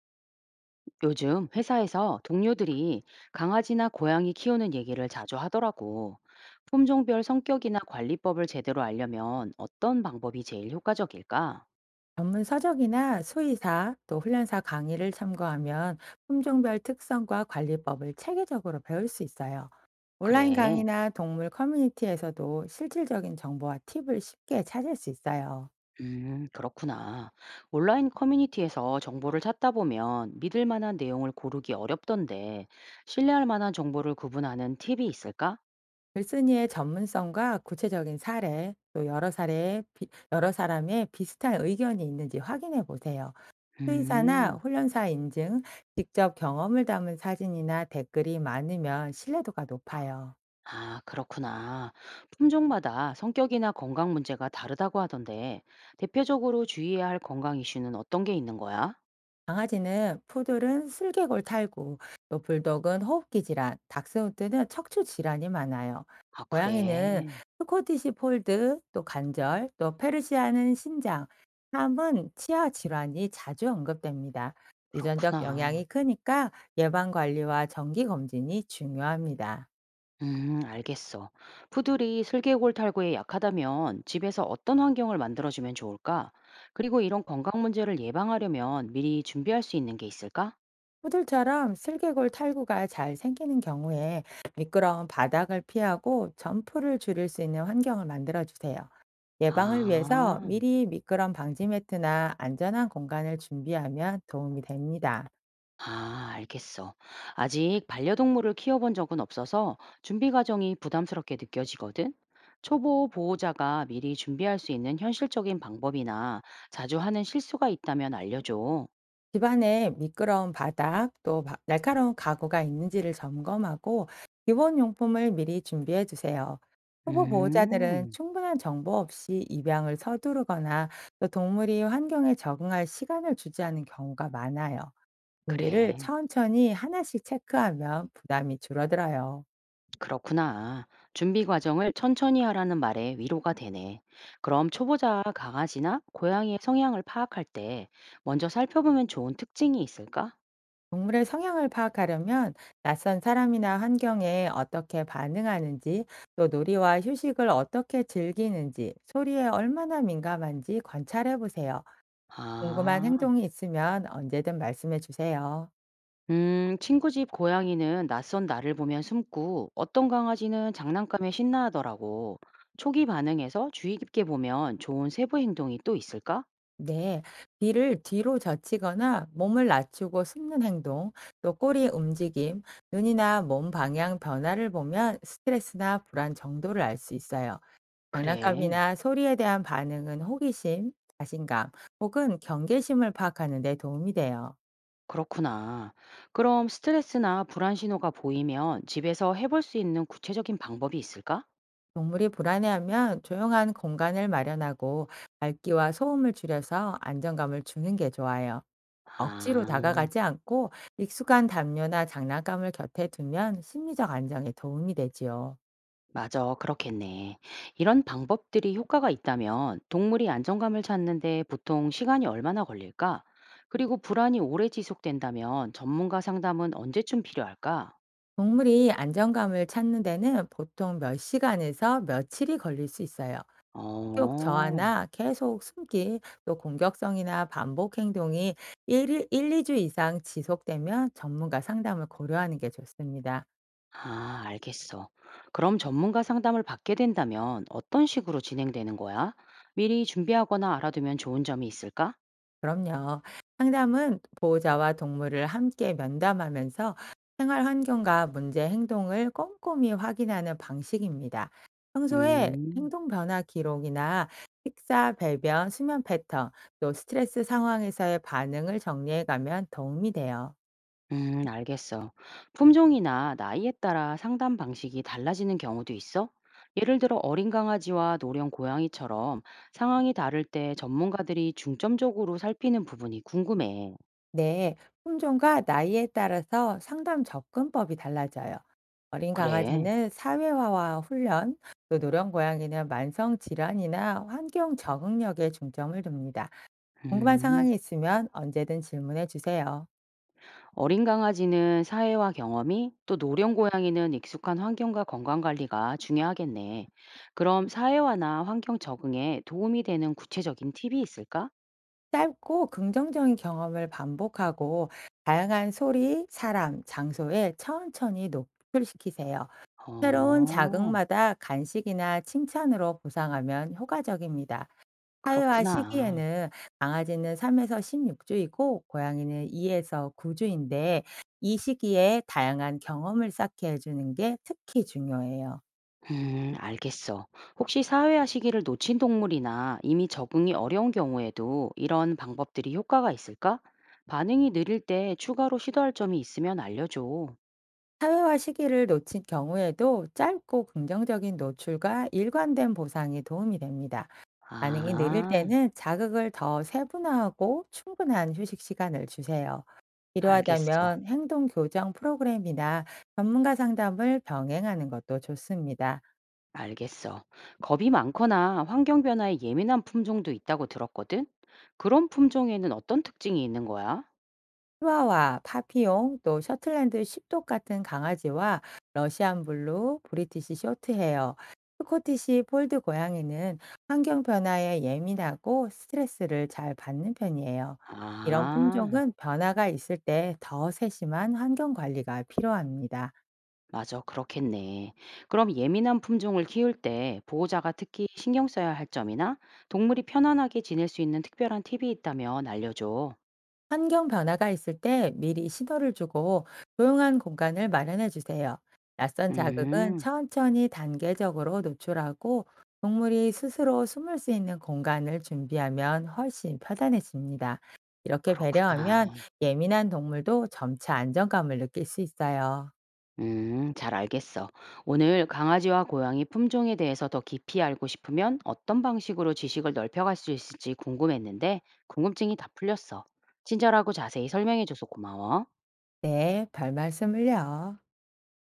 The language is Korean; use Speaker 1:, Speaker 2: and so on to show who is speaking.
Speaker 1: 요즘 회사에서 동료들이 강아지나 고양이 키우는 얘기를 자주 하더라고. 품종별 성격이나 관리법을 제대로 알려면 어떤 방법이 제일 효과적일까?
Speaker 2: 전문 서적이나 수의사 또 훈련사 강의를 참고하면 품종별 특성과 관리법을 체계적으로 배울 수 있어요. 온라인
Speaker 1: 그래.
Speaker 2: 강의나 동물 커뮤니티에서도 실질적인 정보와 팁을 쉽게 찾을 수 있어요.
Speaker 1: 그렇구나. 온라인 커뮤니티에서 정보를 찾다 보면 믿을 만한 내용을 고르기 어렵던데, 신뢰할 만한 정보를 구분하는 팁이 있을까?
Speaker 2: 글쓴이의 전문성과 구체적인 사례, 또 여러 사례, 여러 사람의 비슷한 의견이 있는지 확인해 보세요. 수의사나
Speaker 1: 음.
Speaker 2: 훈련사 인증, 직접 경험을 담은 사진이나 댓글이 많으면 신뢰도가 높아요.
Speaker 1: 아, 그렇구나. 품종마다 성격이나 건강 문제가 다르다고 하던데, 대표적으로 주의해야 할 건강 이슈는 어떤 게 있는 거야?
Speaker 2: 강아지는 푸들은 슬개골 탈구, 또 불독은 호흡기 질환, 닥스훈트는 척추 질환이 많아요.
Speaker 1: 아,
Speaker 2: 고양이는
Speaker 1: 그래.
Speaker 2: 스코티시 폴드, 또 관절, 또 페르시아는 신장, 함은 치아 질환이 자주 언급됩니다. 유전적
Speaker 1: 그렇구나.
Speaker 2: 영향이 크니까 예방 관리와 정기 검진이 중요합니다.
Speaker 1: 알겠어. 푸들이 슬개골 탈구에 약하다면 집에서 어떤 환경을 만들어주면 좋을까? 그리고 이런 건강 문제를 예방하려면 미리 준비할 수 있는 게 있을까?
Speaker 2: 호들처럼 슬개골 탈구가 잘 생기는 경우에 미끄러운 바닥을 피하고 점프를 줄일 수 있는 환경을 만들어 주세요. 예방을
Speaker 1: 아.
Speaker 2: 위해서 미리 미끄럼 방지 매트나 안전한 공간을 준비하면 도움이 됩니다.
Speaker 1: 아, 알겠어. 아직 반려동물을 키워본 적은 없어서 준비 과정이 부담스럽게 느껴지거든. 초보 보호자가 미리 준비할 수 있는 현실적인 방법이나 자주 하는 실수가 있다면 알려줘.
Speaker 2: 집안에 미끄러운 바닥 또 날카로운 가구가 있는지를 점검하고 기본 용품을 미리 준비해 주세요. 초보 보호자들은
Speaker 1: 음,
Speaker 2: 충분한 정보 없이 입양을 서두르거나 또 동물이 환경에 적응할 시간을 주지 않은 경우가 많아요. 준비를
Speaker 1: 그래.
Speaker 2: 천천히 하나씩 체크하면 부담이 줄어들어요.
Speaker 1: 그렇구나. 준비 과정을 천천히 하라는 말에 위로가 되네. 그럼 초보자 강아지나 고양이의 성향을 파악할 때 먼저 살펴보면 좋은 특징이 있을까?
Speaker 2: 동물의 성향을 파악하려면 낯선 사람이나 환경에 어떻게 반응하는지, 또 놀이와 휴식을 어떻게 즐기는지, 소리에 얼마나 민감한지 관찰해 보세요. 궁금한
Speaker 1: 아.
Speaker 2: 행동이 있으면 언제든 말씀해 주세요.
Speaker 1: 친구 집 고양이는 낯선 나를 보면 숨고 어떤 강아지는 장난감에 신나하더라고. 초기 반응에서 주의 깊게 보면 좋은 세부 행동이 또 있을까?
Speaker 2: 네, 귀를 뒤로 젖히거나 몸을 낮추고 숨는 행동, 또 꼬리 움직임, 눈이나 몸 방향 변화를 보면 스트레스나 불안 정도를 알 수 있어요.
Speaker 1: 그래,
Speaker 2: 장난감이나 소리에 대한 반응은 호기심, 자신감 혹은 경계심을 파악하는 데 도움이 돼요.
Speaker 1: 그렇구나. 그럼 스트레스나 불안 신호가 보이면 집에서 해볼 수 있는 구체적인 방법이 있을까?
Speaker 2: 동물이 불안해하면 조용한 공간을 마련하고 밝기와 소음을 줄여서 안정감을 주는 게 좋아요. 억지로
Speaker 1: 아.
Speaker 2: 다가가지 않고 익숙한 담요나 장난감을 곁에 두면 심리적 안정에 도움이 되지요.
Speaker 1: 맞아, 그렇겠네. 이런 방법들이 효과가 있다면 동물이 안정감을 찾는데 보통 시간이 얼마나 걸릴까? 그리고 불안이 오래 지속된다면 전문가 상담은 언제쯤 필요할까?
Speaker 2: 동물이 안정감을 찾는 데는 보통 몇 시간에서 며칠이 걸릴 수 있어요. 성격
Speaker 1: 어,
Speaker 2: 저하나 계속 숨기, 또 공격성이나 반복 행동이 일일 1-2주 이상 지속되면 전문가 상담을 고려하는 게 좋습니다.
Speaker 1: 아, 알겠어. 그럼 전문가 상담을 받게 된다면 어떤 식으로 진행되는 거야? 미리 준비하거나 알아두면 좋은 점이 있을까?
Speaker 2: 그럼요. 상담은 보호자와 동물을 함께 면담하면서 생활 환경과 문제 행동을 꼼꼼히 확인하는 방식입니다. 평소에
Speaker 1: 음.
Speaker 2: 행동 변화 기록이나 식사, 배변, 수면 패턴, 또 스트레스 상황에서의 반응을 정리해 가면 도움이 돼요.
Speaker 1: 알겠어. 품종이나 나이에 따라 상담 방식이 달라지는 경우도 있어? 예를 들어 어린 강아지와 노령 고양이처럼 상황이 다를 때 전문가들이 중점적으로 살피는 부분이 궁금해.
Speaker 2: 네, 품종과 나이에 따라서 상담 접근법이 달라져요. 어린
Speaker 1: 그래.
Speaker 2: 강아지는 사회화와 훈련, 또 노령 고양이는 만성 질환이나 환경 적응력에 중점을 둡니다. 궁금한
Speaker 1: 음.
Speaker 2: 상황이 있으면 언제든 질문해 주세요.
Speaker 1: 어린 강아지는 사회와 경험이, 또 노령 고양이는 익숙한 환경과 건강 관리가 중요하겠네. 그럼 사회화나 환경 적응에 도움이 되는 구체적인 팁이 있을까?
Speaker 2: 짧고 긍정적인 경험을 반복하고 다양한 소리, 사람, 장소에 천천히 노출시키세요. 새로운
Speaker 1: 어,
Speaker 2: 자극마다 간식이나 칭찬으로 보상하면 효과적입니다. 사회화
Speaker 1: 그렇구나.
Speaker 2: 시기에는 강아지는 3에서 16 주이고 고양이는 2에서 9 주인데 이 시기에 다양한 경험을 쌓게 해 주는 게 특히 중요해요.
Speaker 1: 알겠어. 혹시 사회화 시기를 놓친 동물이나 이미 적응이 어려운 경우에도 이런 방법들이 효과가 있을까? 반응이 느릴 때 추가로 시도할 점이 있으면 알려줘.
Speaker 2: 사회화 시기를 놓친 경우에도 짧고 긍정적인 노출과 일관된 보상이 도움이 됩니다. 반응이 느릴
Speaker 1: 아,
Speaker 2: 때는 자극을 더 세분화하고 충분한 휴식 시간을 주세요.
Speaker 1: 알겠어.
Speaker 2: 필요하다면 행동 교정 프로그램이나 전문가 상담을 병행하는 것도 좋습니다.
Speaker 1: 알겠어. 겁이 많거나 환경 변화에 예민한 품종도 있다고 들었거든? 그런 품종에는 어떤 특징이 있는 거야?
Speaker 2: 치와와, 파피옹, 또 셔틀랜드 십독 같은 강아지와 러시안 블루, 브리티시 쇼트헤어, 스코티시 폴드 고양이는 환경 변화에 예민하고 스트레스를 잘 받는 편이에요. 이런
Speaker 1: 아.
Speaker 2: 품종은 변화가 있을 때 더 세심한 환경 관리가 필요합니다.
Speaker 1: 맞아, 그렇겠네. 그럼 예민한 품종을 키울 때 보호자가 특히 신경 써야 할 점이나 동물이 편안하게 지낼 수 있는 특별한 팁이 있다면 알려줘.
Speaker 2: 환경 변화가 있을 때 미리 신호를 주고 조용한 공간을 마련해 주세요. 낯선 자극은
Speaker 1: 음,
Speaker 2: 천천히 단계적으로 노출하고 동물이 스스로 숨을 수 있는 공간을 준비하면 훨씬 편안해집니다. 이렇게
Speaker 1: 그렇구나.
Speaker 2: 배려하면 예민한 동물도 점차 안정감을 느낄 수 있어요.
Speaker 1: 잘 알겠어. 오늘 강아지와 고양이 품종에 대해서 더 깊이 알고 싶으면 어떤 방식으로 지식을 넓혀갈 수 있을지 궁금했는데 궁금증이 다 풀렸어. 친절하고 자세히 설명해줘서 고마워.
Speaker 2: 네, 별 말씀을요.